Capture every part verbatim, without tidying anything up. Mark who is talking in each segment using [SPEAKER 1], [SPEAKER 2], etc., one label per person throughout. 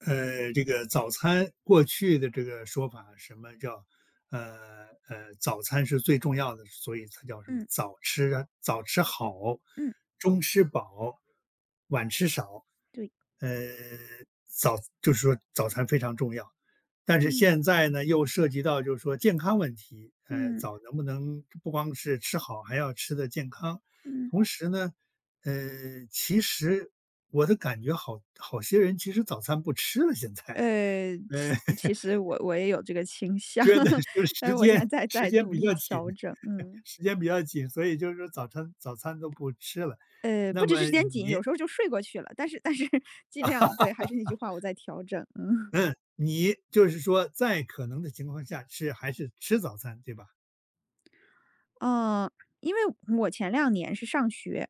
[SPEAKER 1] 呃，这个早餐过去的这个说法，什么叫呃呃，早餐是最重要的，所以它叫什么
[SPEAKER 2] 嗯
[SPEAKER 1] 早吃啊，早吃好，
[SPEAKER 2] 嗯，
[SPEAKER 1] 中吃饱，晚吃少。
[SPEAKER 2] 对，
[SPEAKER 1] 呃，早就是说早餐非常重要，但是
[SPEAKER 2] 嗯
[SPEAKER 1] 现在呢，又涉及到就是说健康问题，呃，
[SPEAKER 2] 嗯
[SPEAKER 1] 早能不能不光是吃好，还要吃的健康，
[SPEAKER 2] 嗯，
[SPEAKER 1] 同时呢，呃，其实我的感觉好好些人其实早餐不吃了现在。
[SPEAKER 2] 呃，
[SPEAKER 1] 呃，
[SPEAKER 2] 其 其实我我也有这个倾向，
[SPEAKER 1] 觉得 就是
[SPEAKER 2] 但是
[SPEAKER 1] 时
[SPEAKER 2] 我现在
[SPEAKER 1] 间
[SPEAKER 2] 在
[SPEAKER 1] 时
[SPEAKER 2] 在
[SPEAKER 1] 间
[SPEAKER 2] 努
[SPEAKER 1] 比
[SPEAKER 2] 力
[SPEAKER 1] 较紧，
[SPEAKER 2] 调整，嗯，
[SPEAKER 1] 时间比较紧，所以就是说早餐早餐都不吃了。
[SPEAKER 2] 呃，不
[SPEAKER 1] 那
[SPEAKER 2] 只是
[SPEAKER 1] 么
[SPEAKER 2] 时间紧，
[SPEAKER 1] 你，
[SPEAKER 2] 有时候就睡过去了，但是但是 尽量对，还是那句话，我在调整，嗯。
[SPEAKER 1] 嗯，你就是说在可能的情况下是还是吃早餐，对吧？
[SPEAKER 2] 嗯，因为我前两年是上学，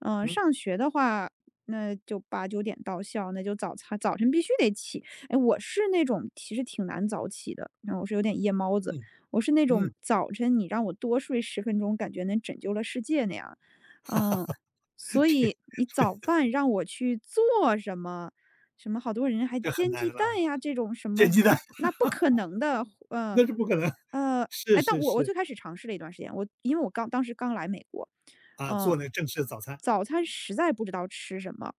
[SPEAKER 2] 嗯，
[SPEAKER 1] 嗯
[SPEAKER 2] 上学的话，那就八九点到校，那就早操早晨必须得起。哎，我是那种其实挺难早起的，然后我是有点夜猫子，
[SPEAKER 1] 嗯
[SPEAKER 2] 我是那种
[SPEAKER 1] 嗯。
[SPEAKER 2] 早晨你让我多睡十分钟，感觉能拯救了世界那样。嗯，所
[SPEAKER 1] 这
[SPEAKER 2] 以你早饭让我去做什么，什么好多人还
[SPEAKER 1] 这很
[SPEAKER 2] 煎
[SPEAKER 1] 难
[SPEAKER 2] 鸡
[SPEAKER 1] 了
[SPEAKER 2] 蛋
[SPEAKER 1] 啊，
[SPEAKER 2] 呀这种什么，
[SPEAKER 1] 煎鸡蛋
[SPEAKER 2] 嗯那不可能的，嗯，
[SPEAKER 1] 那是不可能，
[SPEAKER 2] 呃。
[SPEAKER 1] 是
[SPEAKER 2] 哎，但
[SPEAKER 1] 是
[SPEAKER 2] 我我
[SPEAKER 1] 是，
[SPEAKER 2] 最开始尝试了一段时间，我因为我刚当时刚来美国，
[SPEAKER 1] 啊，
[SPEAKER 2] 嗯、
[SPEAKER 1] 做那个正式的早餐，
[SPEAKER 2] 早餐实在不知道吃什么。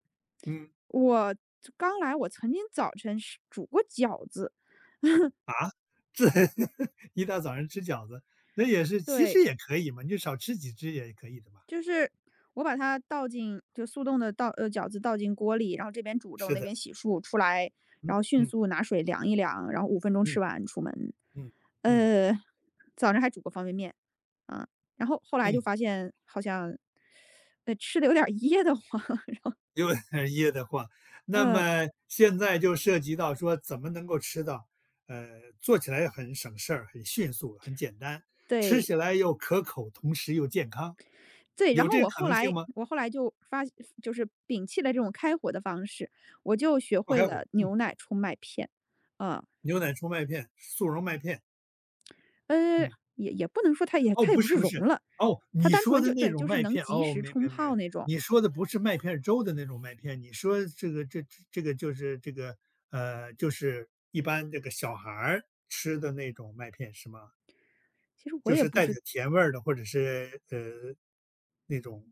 [SPEAKER 1] 嗯。
[SPEAKER 2] 我刚来，我曾经早晨是煮过饺子，
[SPEAKER 1] 对，一大早上吃饺子，那也是其
[SPEAKER 2] 对，
[SPEAKER 1] 实也可以嘛，你就少吃几只也可以的嘛。
[SPEAKER 2] 就是我把它倒进就速冻的倒呃饺子倒进锅里，然后这边煮着，
[SPEAKER 1] 是
[SPEAKER 2] 那
[SPEAKER 1] 的，
[SPEAKER 2] 边洗漱出来，然
[SPEAKER 1] 嗯
[SPEAKER 2] 后迅
[SPEAKER 1] 嗯
[SPEAKER 2] 速拿水凉一凉，然后五分钟吃
[SPEAKER 1] 嗯
[SPEAKER 2] 完出门。
[SPEAKER 1] 嗯嗯
[SPEAKER 2] 呃，早上还煮过方便面，啊，然后后来就
[SPEAKER 1] 嗯，
[SPEAKER 2] 发现好像，呃，吃的有点儿噎得慌，
[SPEAKER 1] 有点噎得慌。那
[SPEAKER 2] 嗯，
[SPEAKER 1] 么现在就涉及到说怎么能够吃到，呃，做起来很省事儿、很迅速、很简单，吃
[SPEAKER 2] 对
[SPEAKER 1] 起来又可口，同时又健康，
[SPEAKER 2] 对。然
[SPEAKER 1] 有
[SPEAKER 2] 后
[SPEAKER 1] 这个
[SPEAKER 2] 我
[SPEAKER 1] 可
[SPEAKER 2] 后
[SPEAKER 1] 能
[SPEAKER 2] 来
[SPEAKER 1] 性吗？
[SPEAKER 2] 我后来就发就是摒弃了这种开火的方式，我就学
[SPEAKER 1] 不
[SPEAKER 2] 会
[SPEAKER 1] 开火，
[SPEAKER 2] 了
[SPEAKER 1] 嗯，
[SPEAKER 2] 牛奶冲麦片。啊，
[SPEAKER 1] 牛奶冲麦片、速溶麦片，
[SPEAKER 2] 呃，
[SPEAKER 1] 嗯。
[SPEAKER 2] 也也不能说它也
[SPEAKER 1] 哦，
[SPEAKER 2] 它也
[SPEAKER 1] 不
[SPEAKER 2] 不是
[SPEAKER 1] 是不
[SPEAKER 2] 溶
[SPEAKER 1] 是，
[SPEAKER 2] 了，
[SPEAKER 1] 哦，
[SPEAKER 2] 它
[SPEAKER 1] 你
[SPEAKER 2] 单
[SPEAKER 1] 说
[SPEAKER 2] 纯
[SPEAKER 1] 的
[SPEAKER 2] 就
[SPEAKER 1] 那
[SPEAKER 2] 对，
[SPEAKER 1] 种
[SPEAKER 2] 就是
[SPEAKER 1] 麦
[SPEAKER 2] 能
[SPEAKER 1] 片，
[SPEAKER 2] 及
[SPEAKER 1] 哦，
[SPEAKER 2] 时
[SPEAKER 1] 明
[SPEAKER 2] 冲
[SPEAKER 1] 白明
[SPEAKER 2] 泡
[SPEAKER 1] 白，
[SPEAKER 2] 那种。
[SPEAKER 1] 你说的不是麦片粥的那种麦片，你说这个这这个就是这个，呃，就是一般这个小孩儿吃的那种麦片是吗？
[SPEAKER 2] 其实我
[SPEAKER 1] 就
[SPEAKER 2] 也
[SPEAKER 1] 是
[SPEAKER 2] 不
[SPEAKER 1] 带着
[SPEAKER 2] 知
[SPEAKER 1] 甜味儿的，或者是呃那种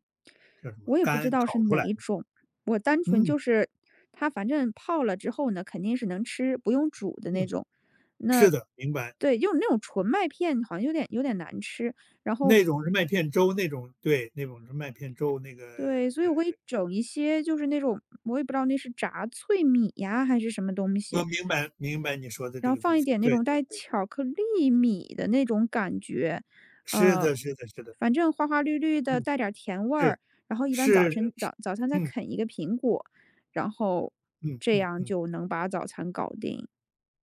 [SPEAKER 1] 叫什么
[SPEAKER 2] 我也不知
[SPEAKER 1] 干
[SPEAKER 2] 道是
[SPEAKER 1] 炒出
[SPEAKER 2] 哪
[SPEAKER 1] 来
[SPEAKER 2] 一
[SPEAKER 1] 的，
[SPEAKER 2] 种，我单纯
[SPEAKER 1] 嗯
[SPEAKER 2] 就是它反正泡了之后呢，肯定是能吃，不用煮的那
[SPEAKER 1] 嗯，
[SPEAKER 2] 种。那
[SPEAKER 1] 是的，明白，
[SPEAKER 2] 对，用那种纯麦片好像有点有点难吃，然后
[SPEAKER 1] 那种是麦片粥，那种对，那种是麦片粥，那个
[SPEAKER 2] 对，所以
[SPEAKER 1] 呃
[SPEAKER 2] 我会整一些就是那种我也不知道那是炸脆米呀还是什么东西，
[SPEAKER 1] 我明白明白你说的
[SPEAKER 2] 然
[SPEAKER 1] 这
[SPEAKER 2] 后
[SPEAKER 1] 个
[SPEAKER 2] 放
[SPEAKER 1] 东
[SPEAKER 2] 一
[SPEAKER 1] 西，
[SPEAKER 2] 点那
[SPEAKER 1] 对
[SPEAKER 2] 种
[SPEAKER 1] 对
[SPEAKER 2] 带
[SPEAKER 1] 对，
[SPEAKER 2] 巧克力米的那种感觉，
[SPEAKER 1] 是
[SPEAKER 2] 呃，
[SPEAKER 1] 的是的是的，
[SPEAKER 2] 反正花花绿绿的，
[SPEAKER 1] 嗯。
[SPEAKER 2] 带点儿甜味儿。然后一般早
[SPEAKER 1] 是
[SPEAKER 2] 晨
[SPEAKER 1] 是，
[SPEAKER 2] 早早餐再
[SPEAKER 1] 嗯
[SPEAKER 2] 啃一个苹果，然后
[SPEAKER 1] 嗯
[SPEAKER 2] 这
[SPEAKER 1] 嗯
[SPEAKER 2] 样
[SPEAKER 1] 嗯，
[SPEAKER 2] 就能把早餐搞定。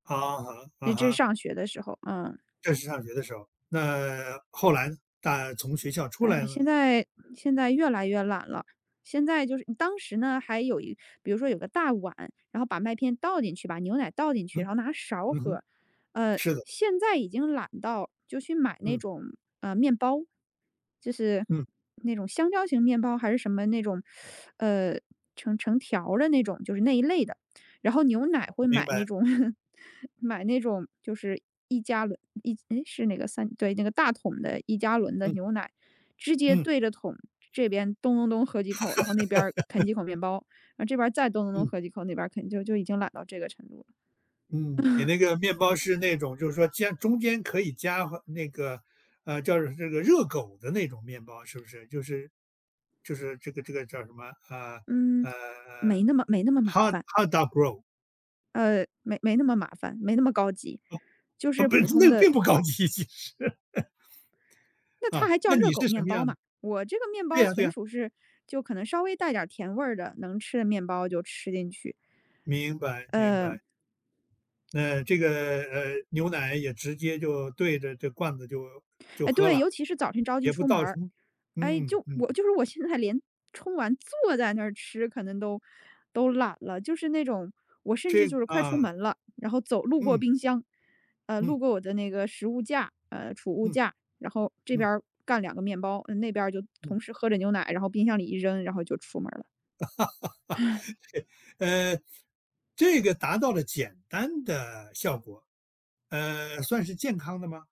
[SPEAKER 1] 好好好好
[SPEAKER 2] 那这是
[SPEAKER 1] 哈，
[SPEAKER 2] 上学的时候，嗯。
[SPEAKER 1] 这是上学的时候。那后来呢，大从学校出来
[SPEAKER 2] 哎，
[SPEAKER 1] 了
[SPEAKER 2] 现
[SPEAKER 1] 呢？
[SPEAKER 2] 在现在越来越懒了。现在就是当时呢，还有一比如说有个大碗，然后把麦片倒进去，把牛奶倒进去，
[SPEAKER 1] 嗯，
[SPEAKER 2] 然后拿勺
[SPEAKER 1] 嗯哼，
[SPEAKER 2] 喝。呃，
[SPEAKER 1] 是的，
[SPEAKER 2] 现在已经懒到就去买那
[SPEAKER 1] 嗯
[SPEAKER 2] 种呃面包，就是
[SPEAKER 1] 嗯，
[SPEAKER 2] 那种香蕉型面包还是什么那种，呃，成成条儿的那种，就是那一类的。然后牛奶会
[SPEAKER 1] 明
[SPEAKER 2] 买那
[SPEAKER 1] 白，
[SPEAKER 2] 种 买那种就是一加仑一诶是那个三对那个大桶的一加仑的
[SPEAKER 1] 嗯
[SPEAKER 2] 牛奶。直接
[SPEAKER 1] 嗯
[SPEAKER 2] 对着桶这边咚咚咚喝几口，然后那边啃几口面包，然后这边再咚咚咚
[SPEAKER 1] 嗯
[SPEAKER 2] 喝几口，那边啃就就已经懒到这个程度了。
[SPEAKER 1] 嗯，你那个面包是那种就是说加中间可以加和那个，呃，叫这个热狗的那种面包，是不是？就是就是这个这个叫什么？呃
[SPEAKER 2] 嗯，
[SPEAKER 1] 呃
[SPEAKER 2] 没那么没那么
[SPEAKER 1] h
[SPEAKER 2] 麻
[SPEAKER 1] o w
[SPEAKER 2] 烦，
[SPEAKER 1] h o w dog r o w l。
[SPEAKER 2] 呃，没没那么麻烦，没那么高级，就
[SPEAKER 1] 啊，
[SPEAKER 2] 是
[SPEAKER 1] 不是，
[SPEAKER 2] 普通
[SPEAKER 1] 那个
[SPEAKER 2] 的。
[SPEAKER 1] 并不高级其实
[SPEAKER 2] 那 它
[SPEAKER 1] 啊，
[SPEAKER 2] 还叫
[SPEAKER 1] 那
[SPEAKER 2] 热
[SPEAKER 1] 你
[SPEAKER 2] 狗
[SPEAKER 1] 是什
[SPEAKER 2] 面
[SPEAKER 1] 么
[SPEAKER 2] 包
[SPEAKER 1] 样
[SPEAKER 2] 嘛？
[SPEAKER 1] 的？
[SPEAKER 2] 我这个面
[SPEAKER 1] 对
[SPEAKER 2] 包
[SPEAKER 1] 呀对
[SPEAKER 2] 纯
[SPEAKER 1] 呀，
[SPEAKER 2] 属是就可能稍微带点儿甜味儿的，能吃的面包就吃进去。
[SPEAKER 1] 明白明
[SPEAKER 2] 呃，
[SPEAKER 1] 白。那这个，呃，牛奶也直接就对着这罐子就就
[SPEAKER 2] 哎，
[SPEAKER 1] 喝
[SPEAKER 2] 对，
[SPEAKER 1] 了，
[SPEAKER 2] 尤其是早晨着急
[SPEAKER 1] 也不
[SPEAKER 2] 出门
[SPEAKER 1] 倒
[SPEAKER 2] 儿，
[SPEAKER 1] 冲。
[SPEAKER 2] 哎，
[SPEAKER 1] 嗯
[SPEAKER 2] 就
[SPEAKER 1] 嗯，
[SPEAKER 2] 我就是我现在连冲完坐在那儿吃可能都都懒了，就是那种我甚至
[SPEAKER 1] 这
[SPEAKER 2] 就是快出
[SPEAKER 1] 啊，
[SPEAKER 2] 门了，然后走路过
[SPEAKER 1] 嗯
[SPEAKER 2] 冰箱，呃，路
[SPEAKER 1] 嗯
[SPEAKER 2] 过我的那个食物架，呃，储物
[SPEAKER 1] 嗯
[SPEAKER 2] 架，然后这
[SPEAKER 1] 嗯
[SPEAKER 2] 边儿干两个面包，呃那边儿就
[SPEAKER 1] 嗯，
[SPEAKER 2] 同时喝着牛奶，然后冰箱里一扔，然后就出门了。
[SPEAKER 1] 呃，这个达到了简单的效果，呃，算是健康的吗？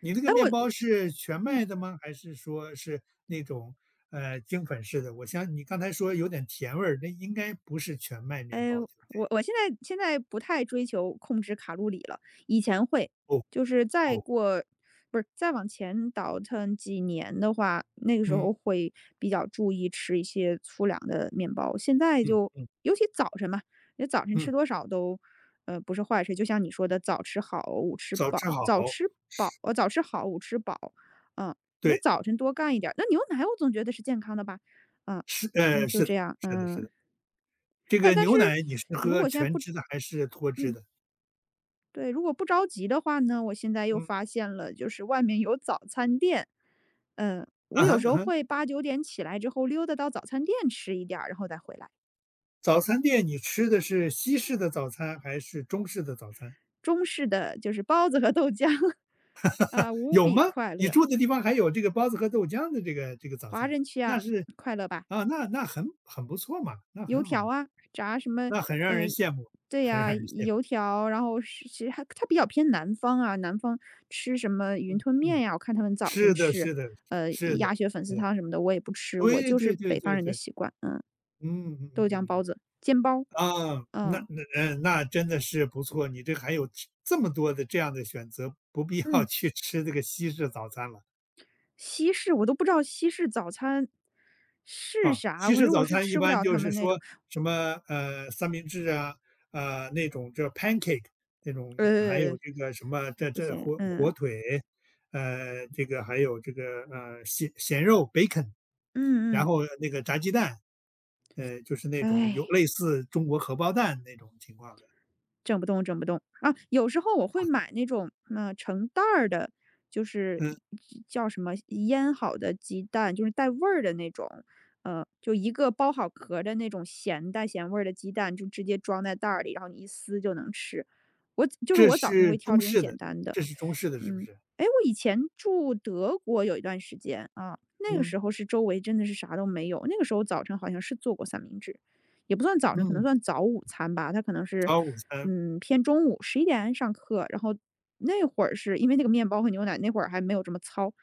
[SPEAKER 1] 你那个
[SPEAKER 2] 哎，
[SPEAKER 1] 面
[SPEAKER 2] 我
[SPEAKER 1] 包是全麦
[SPEAKER 2] 嗯。
[SPEAKER 1] 的吗？还是说是那种，呃，精粉式的？我想你刚才说有点甜味儿，那应该不是全麦面
[SPEAKER 2] 哎，
[SPEAKER 1] 包，对不
[SPEAKER 2] 我
[SPEAKER 1] 对？
[SPEAKER 2] 我现在现在不太追求控制卡路里了，以前会，
[SPEAKER 1] 哦
[SPEAKER 2] 就是再
[SPEAKER 1] 哦。
[SPEAKER 2] 过，不是，再往前倒腾几年的话，那个时候
[SPEAKER 1] 嗯
[SPEAKER 2] 会比较注意吃一些粗粮的面包。现在
[SPEAKER 1] 嗯
[SPEAKER 2] 就，尤其早晨嘛，你早晨吃
[SPEAKER 1] 嗯，
[SPEAKER 2] 多少都，呃，不是坏事。就像你说的，早吃好，午吃
[SPEAKER 1] 早
[SPEAKER 2] 饱，
[SPEAKER 1] 吃好，
[SPEAKER 2] 早吃饱，呃，早吃好，午吃饱。嗯，我觉得
[SPEAKER 1] 对，
[SPEAKER 2] 早晨多干一点儿，那牛奶我总觉得是健康的吧？嗯，
[SPEAKER 1] 是
[SPEAKER 2] 嗯，
[SPEAKER 1] 呃，
[SPEAKER 2] 就
[SPEAKER 1] 是
[SPEAKER 2] 这
[SPEAKER 1] 的，
[SPEAKER 2] 样，
[SPEAKER 1] 是的，是
[SPEAKER 2] 嗯。
[SPEAKER 1] 的。这
[SPEAKER 2] 但
[SPEAKER 1] 个
[SPEAKER 2] 但是
[SPEAKER 1] 牛奶你是
[SPEAKER 2] 如
[SPEAKER 1] 喝
[SPEAKER 2] 果现在
[SPEAKER 1] 全
[SPEAKER 2] 不
[SPEAKER 1] 脂的还是脱脂
[SPEAKER 2] 嗯，
[SPEAKER 1] 的？
[SPEAKER 2] 对，如果不着急的话呢，我现在又
[SPEAKER 1] 嗯，
[SPEAKER 2] 发现了，就是外面有早餐店，嗯，我
[SPEAKER 1] 啊哈，
[SPEAKER 2] 有时
[SPEAKER 1] 啊
[SPEAKER 2] 候会
[SPEAKER 1] 哈。
[SPEAKER 2] 八九点起来之后溜达到早餐店吃一点儿，然后再回来。
[SPEAKER 1] 早餐店你吃的是西式的早餐还是中式的早餐？
[SPEAKER 2] 中式的就是包子和豆浆，啊，无
[SPEAKER 1] 有
[SPEAKER 2] 比
[SPEAKER 1] 吗？
[SPEAKER 2] 快
[SPEAKER 1] 你
[SPEAKER 2] 乐，
[SPEAKER 1] 住的地方还有这个包子和豆浆的这个这个早
[SPEAKER 2] 华
[SPEAKER 1] 餐，
[SPEAKER 2] 人区
[SPEAKER 1] 那
[SPEAKER 2] 啊，
[SPEAKER 1] 是
[SPEAKER 2] 快乐吧。
[SPEAKER 1] 啊，那那很很不错嘛，那
[SPEAKER 2] 油
[SPEAKER 1] 很好
[SPEAKER 2] 条
[SPEAKER 1] 嘛，
[SPEAKER 2] 啊，炸什么
[SPEAKER 1] 那很让人
[SPEAKER 2] 呃，
[SPEAKER 1] 羡慕，
[SPEAKER 2] 对
[SPEAKER 1] 很让
[SPEAKER 2] 呀，
[SPEAKER 1] 人羡慕。
[SPEAKER 2] 油条，然后是其实它它比较偏南方啊，南方吃什么云吞面
[SPEAKER 1] 嗯，
[SPEAKER 2] 呀，我看他们早晨
[SPEAKER 1] 是的，
[SPEAKER 2] 吃，
[SPEAKER 1] 是的，
[SPEAKER 2] 呃，
[SPEAKER 1] 是的，
[SPEAKER 2] 鸭血粉丝
[SPEAKER 1] 是的，
[SPEAKER 2] 汤什么的我也不吃，我
[SPEAKER 1] 对
[SPEAKER 2] 就是
[SPEAKER 1] 对对
[SPEAKER 2] 北方
[SPEAKER 1] 对
[SPEAKER 2] 人的
[SPEAKER 1] 对，
[SPEAKER 2] 习惯，嗯，
[SPEAKER 1] 嗯嗯嗯
[SPEAKER 2] 豆浆
[SPEAKER 1] 嗯
[SPEAKER 2] 包
[SPEAKER 1] 嗯。
[SPEAKER 2] 子、煎包，
[SPEAKER 1] 啊，那
[SPEAKER 2] 嗯
[SPEAKER 1] 那呃，那真的是不错，你这还有吃这么多的这样的选择，不必要
[SPEAKER 2] 嗯，
[SPEAKER 1] 去 吃这个西式早餐了。
[SPEAKER 2] 西式我都不知道西式早餐是
[SPEAKER 1] 啊，
[SPEAKER 2] 啥，
[SPEAKER 1] 西
[SPEAKER 2] 反
[SPEAKER 1] 式
[SPEAKER 2] 正我
[SPEAKER 1] 早
[SPEAKER 2] 是
[SPEAKER 1] 餐一
[SPEAKER 2] 吃不
[SPEAKER 1] 般
[SPEAKER 2] 了他
[SPEAKER 1] 就是
[SPEAKER 2] 们那种，
[SPEAKER 1] 说什么呃三明治啊，呃那种叫 pancake 那种，还有
[SPEAKER 2] 呃，
[SPEAKER 1] 这个什么这
[SPEAKER 2] 不
[SPEAKER 1] 这
[SPEAKER 2] 行，
[SPEAKER 1] 火
[SPEAKER 2] 嗯
[SPEAKER 1] 火腿，呃这个还有这个呃咸咸肉 bacon,
[SPEAKER 2] 嗯
[SPEAKER 1] 然
[SPEAKER 2] 嗯，
[SPEAKER 1] 后那个炸鸡蛋，呃就是那种有
[SPEAKER 2] 哎。
[SPEAKER 1] 类似中国荷包蛋那种情况的，
[SPEAKER 2] 整不动，整不动啊！有时候我会买那种嗯、呃成袋儿的，就是
[SPEAKER 1] 嗯。
[SPEAKER 2] 一叫什么腌好的鸡蛋，就是带味儿的那种，呃，就一个剥好壳的那种咸带咸味儿的鸡蛋，就直接装在袋儿里，然后你一撕就能吃。我就是
[SPEAKER 1] 这
[SPEAKER 2] 我早晨
[SPEAKER 1] 是
[SPEAKER 2] 会挑
[SPEAKER 1] 中
[SPEAKER 2] 这种
[SPEAKER 1] 式
[SPEAKER 2] 简
[SPEAKER 1] 的
[SPEAKER 2] 单的，
[SPEAKER 1] 这是中式的是不
[SPEAKER 2] 嗯，
[SPEAKER 1] 是？
[SPEAKER 2] 哎，我以前住德国有一段时间啊，那个
[SPEAKER 1] 嗯，
[SPEAKER 2] 时候是周围真的是啥都没有，那个时候早晨好像是做过三明治，也不算早晨，可能
[SPEAKER 1] 嗯，
[SPEAKER 2] 算早午餐吧。他可能是，
[SPEAKER 1] 早午餐，
[SPEAKER 2] 嗯，偏中午十一点上课，然后那会儿是因为那个面包和牛奶，那会儿还没有这么糙，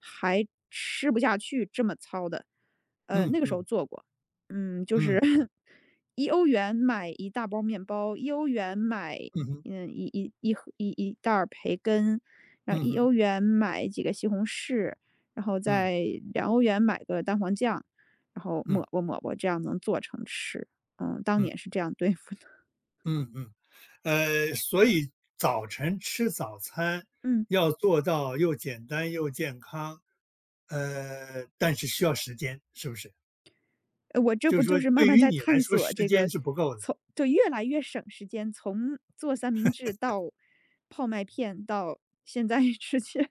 [SPEAKER 2] 还吃不下去这么糙的。呃，
[SPEAKER 1] 嗯
[SPEAKER 2] 那个时候
[SPEAKER 1] 嗯
[SPEAKER 2] 做过，嗯，就是
[SPEAKER 1] 嗯，
[SPEAKER 2] 一欧元买一大包面包，一欧元买
[SPEAKER 1] 嗯哼，
[SPEAKER 2] 嗯一一一盒一一袋儿培根，然后
[SPEAKER 1] 嗯
[SPEAKER 2] 一
[SPEAKER 1] 哼，
[SPEAKER 2] 欧元买几个西红柿，然后
[SPEAKER 1] 嗯，
[SPEAKER 2] 再两欧元买个蛋黄酱，然后抹
[SPEAKER 1] 嗯，
[SPEAKER 2] 吧抹吧，这样能做成吃。嗯，当
[SPEAKER 1] 嗯，
[SPEAKER 2] 年是这样对付的。
[SPEAKER 1] 嗯嗯。呃，所以早晨吃早餐
[SPEAKER 2] 嗯，
[SPEAKER 1] 要做到又简单又健康，呃，但是需要时间，是不是？
[SPEAKER 2] 呃我这
[SPEAKER 1] 就
[SPEAKER 2] 不
[SPEAKER 1] 是
[SPEAKER 2] 就
[SPEAKER 1] 说
[SPEAKER 2] 是慢
[SPEAKER 1] 对
[SPEAKER 2] 慢
[SPEAKER 1] 于
[SPEAKER 2] 在
[SPEAKER 1] 你来
[SPEAKER 2] 探
[SPEAKER 1] 说
[SPEAKER 2] 索
[SPEAKER 1] 时
[SPEAKER 2] 这
[SPEAKER 1] 间
[SPEAKER 2] 个，
[SPEAKER 1] 是不够的，
[SPEAKER 2] 从就越来越省时间，从做三明治到泡麦片，到现在 直接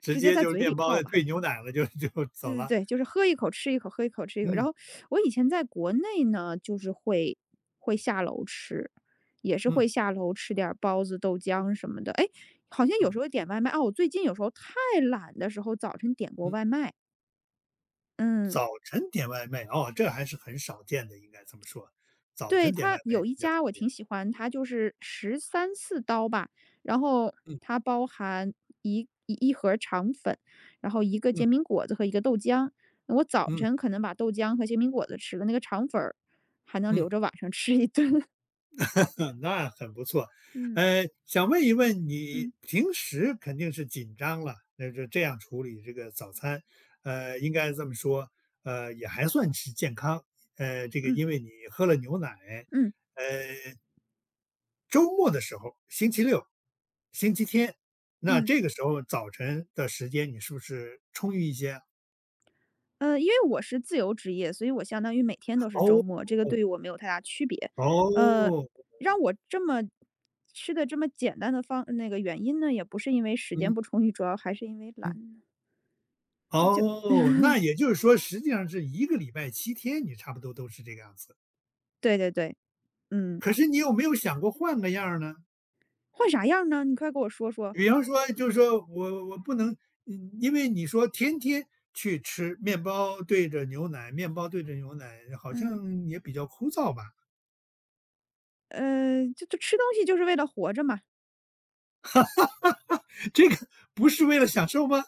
[SPEAKER 1] 直
[SPEAKER 2] 直接
[SPEAKER 1] 接
[SPEAKER 2] 在
[SPEAKER 1] 就是
[SPEAKER 2] 嘴里
[SPEAKER 1] 面
[SPEAKER 2] 泡
[SPEAKER 1] 包
[SPEAKER 2] 吧。
[SPEAKER 1] 兑牛奶了就就
[SPEAKER 2] 对
[SPEAKER 1] 走
[SPEAKER 2] 对
[SPEAKER 1] 了。
[SPEAKER 2] 对，就是喝一口吃一口，喝一口吃一口。然
[SPEAKER 1] 嗯，
[SPEAKER 2] 后我以前在国内呢，就是会会下楼吃，也是
[SPEAKER 1] 嗯，
[SPEAKER 2] 会下楼吃点儿包子、豆浆什么的。哎，好像有时
[SPEAKER 1] 嗯，
[SPEAKER 2] 候点外卖啊，我最近有时候太懒的时候，早晨点过
[SPEAKER 1] 嗯。
[SPEAKER 2] 外卖。嗯。
[SPEAKER 1] 早晨点外卖，哦，这还是很少见的，应该这么说，早
[SPEAKER 2] 对，
[SPEAKER 1] 晨点外
[SPEAKER 2] 它
[SPEAKER 1] 卖
[SPEAKER 2] 有
[SPEAKER 1] 比
[SPEAKER 2] 一
[SPEAKER 1] 较少
[SPEAKER 2] 家我
[SPEAKER 1] 见。
[SPEAKER 2] 挺喜欢，它就是十三四刀吧，然后它
[SPEAKER 1] 嗯
[SPEAKER 2] 包含一一一盒肠粉，然后一个
[SPEAKER 1] 嗯
[SPEAKER 2] 煎饼果子和一个豆浆。我早
[SPEAKER 1] 嗯
[SPEAKER 2] 晨可能把豆浆和煎饼果子吃了，那个肠粉儿还能
[SPEAKER 1] 嗯，
[SPEAKER 2] 留着晚上吃一顿。
[SPEAKER 1] 那很不错。
[SPEAKER 2] 嗯
[SPEAKER 1] 呃，想问一问你
[SPEAKER 2] 嗯
[SPEAKER 1] 平时肯定是紧张了，那就这样处理这个早餐，呃，应该这么说，呃，也还算是健康。呃，这个
[SPEAKER 2] 嗯
[SPEAKER 1] 因为你喝了牛奶，
[SPEAKER 2] 嗯
[SPEAKER 1] 呃，周末的时候，星期六、星期天，那
[SPEAKER 2] 嗯。
[SPEAKER 1] 这个时候早晨的时间你是不是充裕一些？
[SPEAKER 2] 呃，因为我是自由职业，所以我相当于每天都是
[SPEAKER 1] 哦
[SPEAKER 2] 周
[SPEAKER 1] 哦，
[SPEAKER 2] 末，这个对于我没有太大区别。呃，
[SPEAKER 1] 哦，
[SPEAKER 2] 让我这么吃的这么简单的方那个原因呢，也不是因为时间
[SPEAKER 1] 嗯
[SPEAKER 2] 不充裕，主要还是因为懒。
[SPEAKER 1] 嗯，
[SPEAKER 2] 就就
[SPEAKER 1] 哦，那也就是说实际上是一个礼拜七天，你差不多都是这个样子。
[SPEAKER 2] 对对对，嗯，
[SPEAKER 1] 可是你有没有想过换个样儿呢？
[SPEAKER 2] 换啥样呢？你快给我说说。
[SPEAKER 1] 比方说就是说，我我不能嗯因为你说天天去吃面包对着牛奶，面包对着牛奶，好
[SPEAKER 2] 嗯，
[SPEAKER 1] 像也比较枯燥吧？
[SPEAKER 2] 呃，就就吃东西就是为了活着嘛。
[SPEAKER 1] 这个不是为了享受吗？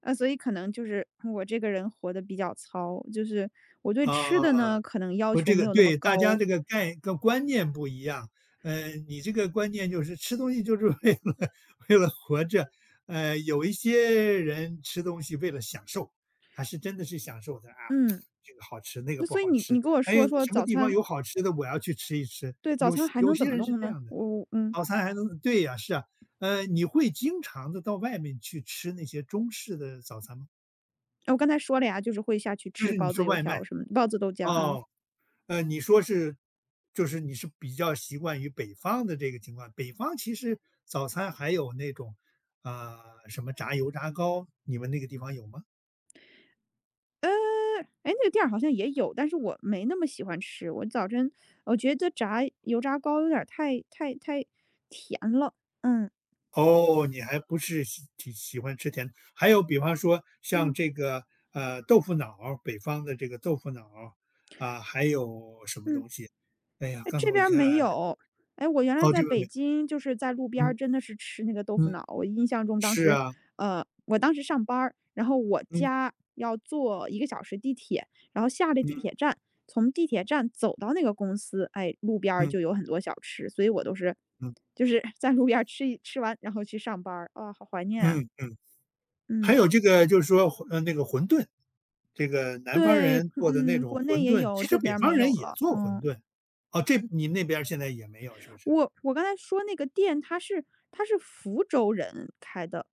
[SPEAKER 2] 啊，所以可能就是我这个人活得比较糙，就是我对吃的
[SPEAKER 1] 啊。
[SPEAKER 2] 呢，可能要
[SPEAKER 1] 不，
[SPEAKER 2] 求
[SPEAKER 1] 这
[SPEAKER 2] 没
[SPEAKER 1] 个
[SPEAKER 2] 有那么
[SPEAKER 1] 对，大家
[SPEAKER 2] 高。
[SPEAKER 1] 这个概个观念不一样。呃，你这个观念就是吃东西就是为了 为了活着。呃，有一些人吃东西为了享受，他是真的是享受的啊，
[SPEAKER 2] 嗯，
[SPEAKER 1] 这个好吃，那个
[SPEAKER 2] 那
[SPEAKER 1] 不
[SPEAKER 2] 所以
[SPEAKER 1] 好
[SPEAKER 2] 你
[SPEAKER 1] 吃。
[SPEAKER 2] 你给我
[SPEAKER 1] 哎呀，
[SPEAKER 2] 说说
[SPEAKER 1] 什么
[SPEAKER 2] 早
[SPEAKER 1] 地方
[SPEAKER 2] 餐
[SPEAKER 1] 有好吃的，我要去吃一吃。
[SPEAKER 2] 对，早
[SPEAKER 1] 有
[SPEAKER 2] 餐
[SPEAKER 1] 些
[SPEAKER 2] 还
[SPEAKER 1] 有
[SPEAKER 2] 能怎
[SPEAKER 1] 些
[SPEAKER 2] 么
[SPEAKER 1] 人是
[SPEAKER 2] 弄
[SPEAKER 1] 这
[SPEAKER 2] 呢？
[SPEAKER 1] 样的，
[SPEAKER 2] 我嗯，
[SPEAKER 1] 早餐还能对呀，是啊。呃，你会经常的到外面去吃那些中式的早餐吗？
[SPEAKER 2] 我刚才说了呀，就是会下去
[SPEAKER 1] 就
[SPEAKER 2] 吃
[SPEAKER 1] 是你
[SPEAKER 2] 包子、
[SPEAKER 1] 说
[SPEAKER 2] 油
[SPEAKER 1] 外
[SPEAKER 2] 条
[SPEAKER 1] 卖，
[SPEAKER 2] 什么的包子、豆浆，嗯。
[SPEAKER 1] 哦。呃，你说是就是你是比较习惯于北方的这个情况，北方其实早餐还有那种，啊、什么炸油炸糕，你们那个地方有吗？
[SPEAKER 2] 呃，诶，那个店儿好像也有，但是我没那么喜欢吃。我早晨我觉得炸油炸糕有点儿太太太甜了，嗯，
[SPEAKER 1] 哦，你还不是喜喜喜欢吃甜的，还有比方说像
[SPEAKER 2] 嗯，
[SPEAKER 1] 这个呃豆腐脑儿，北方的这个豆腐脑儿啊、还有什么
[SPEAKER 2] 嗯。
[SPEAKER 1] 东西？哎呀，
[SPEAKER 2] 哎，
[SPEAKER 1] 刚才
[SPEAKER 2] 这
[SPEAKER 1] 我一
[SPEAKER 2] 边儿
[SPEAKER 1] 下，
[SPEAKER 2] 没有。哎，我原来
[SPEAKER 1] 哦，
[SPEAKER 2] 在
[SPEAKER 1] 这个
[SPEAKER 2] 北
[SPEAKER 1] 没，
[SPEAKER 2] 京，就是在路边儿
[SPEAKER 1] 嗯
[SPEAKER 2] 真的是吃那个豆腐
[SPEAKER 1] 嗯，
[SPEAKER 2] 脑，我印象中当
[SPEAKER 1] 是
[SPEAKER 2] 时，
[SPEAKER 1] 啊，
[SPEAKER 2] 呃，我当时上班儿然后我
[SPEAKER 1] 嗯
[SPEAKER 2] 家要坐一个小时地铁，然后下了地铁
[SPEAKER 1] 嗯
[SPEAKER 2] 站，从地铁站走到那个公司，哎，路边儿就有
[SPEAKER 1] 嗯
[SPEAKER 2] 很多小吃，所以我都是
[SPEAKER 1] 嗯
[SPEAKER 2] 就是 在路边儿吃一吃完，然后去上班儿啊，好怀念啊，
[SPEAKER 1] 嗯嗯。还
[SPEAKER 2] 嗯。
[SPEAKER 1] 有这个就是说，呃，那个馄饨，这个南方
[SPEAKER 2] 对，
[SPEAKER 1] 人做的那
[SPEAKER 2] 嗯，
[SPEAKER 1] 种
[SPEAKER 2] 国内
[SPEAKER 1] 馄
[SPEAKER 2] 也
[SPEAKER 1] 饨，
[SPEAKER 2] 有，
[SPEAKER 1] 其
[SPEAKER 2] 这
[SPEAKER 1] 实
[SPEAKER 2] 边
[SPEAKER 1] 北
[SPEAKER 2] 儿
[SPEAKER 1] 方
[SPEAKER 2] 没有
[SPEAKER 1] 人也
[SPEAKER 2] 了，
[SPEAKER 1] 做馄
[SPEAKER 2] 嗯。
[SPEAKER 1] 饨。哦，这你那边儿现在也没有是不是？
[SPEAKER 2] 我我刚才说那个店，它是它是福州人开的，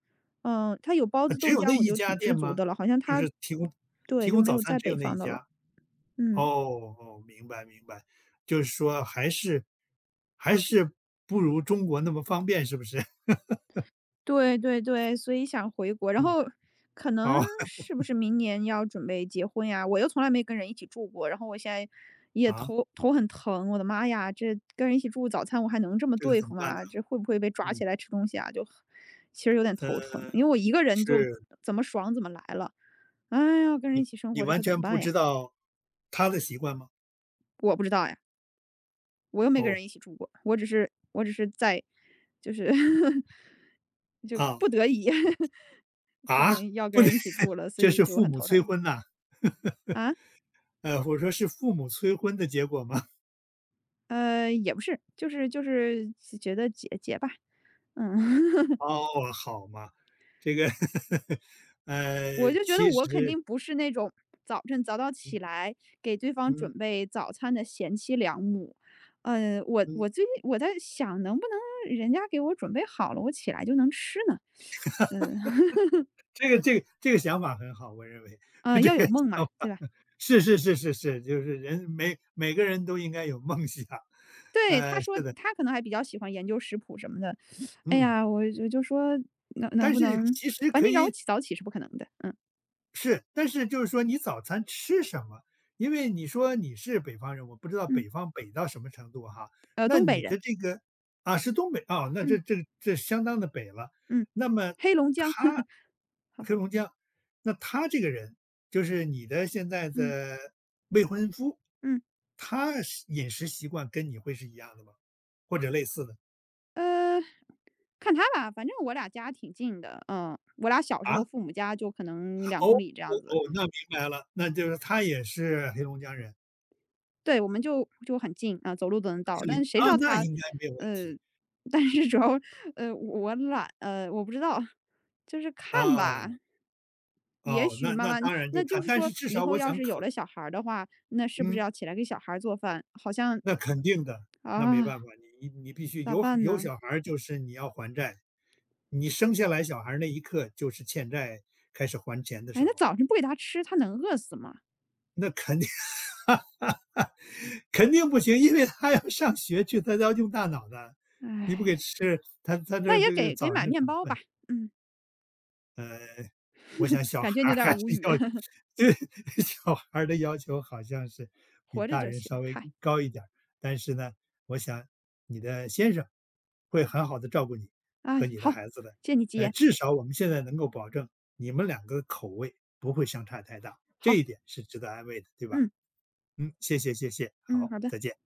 [SPEAKER 2] 嗯，他有包
[SPEAKER 1] 啊，
[SPEAKER 2] 子、
[SPEAKER 1] 只
[SPEAKER 2] 豆
[SPEAKER 1] 有
[SPEAKER 2] 浆，
[SPEAKER 1] 那
[SPEAKER 2] 我
[SPEAKER 1] 一
[SPEAKER 2] 就挺
[SPEAKER 1] 家
[SPEAKER 2] 知
[SPEAKER 1] 店
[SPEAKER 2] 足
[SPEAKER 1] 吗？
[SPEAKER 2] 的了，好像
[SPEAKER 1] 就
[SPEAKER 2] 他，
[SPEAKER 1] 是提供
[SPEAKER 2] 对，
[SPEAKER 1] 提
[SPEAKER 2] 就
[SPEAKER 1] 供
[SPEAKER 2] 没
[SPEAKER 1] 早
[SPEAKER 2] 有
[SPEAKER 1] 餐
[SPEAKER 2] 在
[SPEAKER 1] 只
[SPEAKER 2] 北
[SPEAKER 1] 有那一
[SPEAKER 2] 方的了，
[SPEAKER 1] 家？哦，
[SPEAKER 2] 嗯。
[SPEAKER 1] 哦，明白明白，就是说还是还是不如中国那么方便是不是？
[SPEAKER 2] 对对对，所以想回国，然
[SPEAKER 1] 嗯，
[SPEAKER 2] 后可能
[SPEAKER 1] 哦，
[SPEAKER 2] 是不是明年要准备结婚呀？我又从来没跟人一起住过，然后我现在也
[SPEAKER 1] 啊，
[SPEAKER 2] 头头很疼，我的妈呀，这跟人一起住早餐我还能这么
[SPEAKER 1] 这个
[SPEAKER 2] 对
[SPEAKER 1] 怎
[SPEAKER 2] 付
[SPEAKER 1] 么办呢？
[SPEAKER 2] 吗？这会不会被抓起
[SPEAKER 1] 嗯，
[SPEAKER 2] 来吃东西啊？就其实有点
[SPEAKER 1] 呃，
[SPEAKER 2] 头疼，因为我一个人就
[SPEAKER 1] 是，
[SPEAKER 2] 怎么爽怎么来了。哎呀，跟人一起生
[SPEAKER 1] 你
[SPEAKER 2] 活这
[SPEAKER 1] 完
[SPEAKER 2] 可怎么
[SPEAKER 1] 全不
[SPEAKER 2] 办
[SPEAKER 1] 知
[SPEAKER 2] 呀？
[SPEAKER 1] 道他的习惯吗？
[SPEAKER 2] 我不知道呀，我又没跟
[SPEAKER 1] 哦，
[SPEAKER 2] 人一起住过，我只是我只是在就是 就
[SPEAKER 1] 啊。
[SPEAKER 2] 不得已 可
[SPEAKER 1] 啊？
[SPEAKER 2] 能要跟
[SPEAKER 1] 不能
[SPEAKER 2] 人一起住了，所
[SPEAKER 1] 这
[SPEAKER 2] 以
[SPEAKER 1] 是
[SPEAKER 2] 就
[SPEAKER 1] 父
[SPEAKER 2] 很
[SPEAKER 1] 母
[SPEAKER 2] 头
[SPEAKER 1] 催
[SPEAKER 2] 疼
[SPEAKER 1] 婚呐？
[SPEAKER 2] 啊。
[SPEAKER 1] 呃，我说是父母催婚的结果吗？
[SPEAKER 2] 呃，也不是，就是就是觉得结结吧，嗯，
[SPEAKER 1] 哦，好嘛，这个
[SPEAKER 2] 我
[SPEAKER 1] 呃，
[SPEAKER 2] 就觉得
[SPEAKER 1] 其
[SPEAKER 2] 我肯
[SPEAKER 1] 实，
[SPEAKER 2] 定不是那种早晨早早起来给对方
[SPEAKER 1] 嗯
[SPEAKER 2] 准备早餐的贤妻良母。嗯，我
[SPEAKER 1] 嗯，
[SPEAKER 2] 我最近我在想，能不能人家给我准备好了，我起来就能吃呢？嗯。
[SPEAKER 1] 这个这个这个想法很好，我认为
[SPEAKER 2] 嗯，
[SPEAKER 1] 这
[SPEAKER 2] 要
[SPEAKER 1] 个
[SPEAKER 2] 有梦嘛，
[SPEAKER 1] 想
[SPEAKER 2] 对
[SPEAKER 1] 法
[SPEAKER 2] 吧？
[SPEAKER 1] 是是是是是，就是人每每个人都应该有梦想。
[SPEAKER 2] 对，他
[SPEAKER 1] 呃，
[SPEAKER 2] 说
[SPEAKER 1] 是的，
[SPEAKER 2] 他可能还比较喜欢研究食谱什么的。哎
[SPEAKER 1] 嗯，
[SPEAKER 2] 呀，我我就说能能
[SPEAKER 1] 但
[SPEAKER 2] 不
[SPEAKER 1] 是
[SPEAKER 2] 能，
[SPEAKER 1] 其实
[SPEAKER 2] 反
[SPEAKER 1] 可
[SPEAKER 2] 正让我
[SPEAKER 1] 以
[SPEAKER 2] 起早起是不可能的。嗯
[SPEAKER 1] 是，但是就是说你早餐吃什么？因为你说你是北方人，我不知道
[SPEAKER 2] 嗯，
[SPEAKER 1] 北方北到什么程度哈。
[SPEAKER 2] 呃，
[SPEAKER 1] 那
[SPEAKER 2] 东北
[SPEAKER 1] 你
[SPEAKER 2] 人，
[SPEAKER 1] 的这个，啊，是东北啊，那这
[SPEAKER 2] 嗯
[SPEAKER 1] 这这相当的北了。
[SPEAKER 2] 嗯，
[SPEAKER 1] 那么
[SPEAKER 2] 黑龙江，呵呵。
[SPEAKER 1] 他
[SPEAKER 2] 好，
[SPEAKER 1] 黑龙江，那他这个人就是你的现在
[SPEAKER 2] 嗯
[SPEAKER 1] 的未婚夫，
[SPEAKER 2] 嗯，
[SPEAKER 1] 他是饮食习惯跟你会是一样的吗？或者类似的？
[SPEAKER 2] 呃，看他吧，反正我俩家挺近的，嗯，我俩小时候
[SPEAKER 1] 啊？
[SPEAKER 2] 父母家就可能两
[SPEAKER 1] 哦
[SPEAKER 2] 公里这
[SPEAKER 1] 哦
[SPEAKER 2] 样子。
[SPEAKER 1] 哦，那明白了，那就是他也是黑龙江人，
[SPEAKER 2] 对，我们就就很近啊，走路都能
[SPEAKER 1] 都
[SPEAKER 2] 到。
[SPEAKER 1] 是
[SPEAKER 2] 但
[SPEAKER 1] 邻
[SPEAKER 2] 是谁
[SPEAKER 1] 啊，
[SPEAKER 2] 知道
[SPEAKER 1] 那
[SPEAKER 2] 他，
[SPEAKER 1] 应该没有问
[SPEAKER 2] 呃，
[SPEAKER 1] 题。
[SPEAKER 2] 但是主要，呃，我懒，呃，我不知道，就是看吧。
[SPEAKER 1] 啊，
[SPEAKER 2] 也
[SPEAKER 1] 哦，
[SPEAKER 2] 许
[SPEAKER 1] 那
[SPEAKER 2] 慢
[SPEAKER 1] 那
[SPEAKER 2] 慢，
[SPEAKER 1] 当然
[SPEAKER 2] 那
[SPEAKER 1] 就
[SPEAKER 2] 就
[SPEAKER 1] 看，
[SPEAKER 2] 是
[SPEAKER 1] 但
[SPEAKER 2] 说
[SPEAKER 1] 是至
[SPEAKER 2] 以
[SPEAKER 1] 少
[SPEAKER 2] 后
[SPEAKER 1] 我
[SPEAKER 2] 要
[SPEAKER 1] 想
[SPEAKER 2] 是有
[SPEAKER 1] 可
[SPEAKER 2] 了小孩儿的话，那是不是
[SPEAKER 1] 嗯，
[SPEAKER 2] 要起来给小孩儿做饭？好像
[SPEAKER 1] 那肯定的，那没
[SPEAKER 2] 啊，
[SPEAKER 1] 办法，你你必须
[SPEAKER 2] 咋
[SPEAKER 1] 有
[SPEAKER 2] 办
[SPEAKER 1] 有
[SPEAKER 2] 呢？
[SPEAKER 1] 小孩就是你要还债，你生下来小孩儿那一刻就是欠债开始还钱的
[SPEAKER 2] 哎，
[SPEAKER 1] 时
[SPEAKER 2] 那
[SPEAKER 1] 候，
[SPEAKER 2] 早晨不给他吃，他能饿死吗？
[SPEAKER 1] 那肯定 肯定不行，因为他要上学去，他要用大脑的，你不给
[SPEAKER 2] 哎，
[SPEAKER 1] 吃，他他
[SPEAKER 2] 那
[SPEAKER 1] 这
[SPEAKER 2] 也
[SPEAKER 1] 这个
[SPEAKER 2] 给给
[SPEAKER 1] 早上
[SPEAKER 2] 买
[SPEAKER 1] 就
[SPEAKER 2] 面
[SPEAKER 1] 犯
[SPEAKER 2] 包吧。
[SPEAKER 1] 困。
[SPEAKER 2] 嗯，
[SPEAKER 1] 呃，我想 小
[SPEAKER 2] 感觉
[SPEAKER 1] 孩
[SPEAKER 2] 有
[SPEAKER 1] 儿
[SPEAKER 2] 点
[SPEAKER 1] 还是
[SPEAKER 2] 无语，
[SPEAKER 1] 要 对，小孩儿的要求好像是比
[SPEAKER 2] 活着
[SPEAKER 1] 大
[SPEAKER 2] 就
[SPEAKER 1] 人
[SPEAKER 2] 行。
[SPEAKER 1] 稍微
[SPEAKER 2] 嗨，
[SPEAKER 1] 高一点儿，但是呢，我想你的先生会很好的照顾你
[SPEAKER 2] 啊，
[SPEAKER 1] 和你的
[SPEAKER 2] 好，
[SPEAKER 1] 孩子的。
[SPEAKER 2] 借你吉
[SPEAKER 1] 呃，
[SPEAKER 2] 言。
[SPEAKER 1] 至少我们现在能够保证你们两个口味不会相差太大，这
[SPEAKER 2] 好，
[SPEAKER 1] 一点是值得安慰的，对吧？
[SPEAKER 2] 嗯
[SPEAKER 1] 嗯，谢谢谢谢，
[SPEAKER 2] 嗯，
[SPEAKER 1] 好，
[SPEAKER 2] 好的。
[SPEAKER 1] 再见。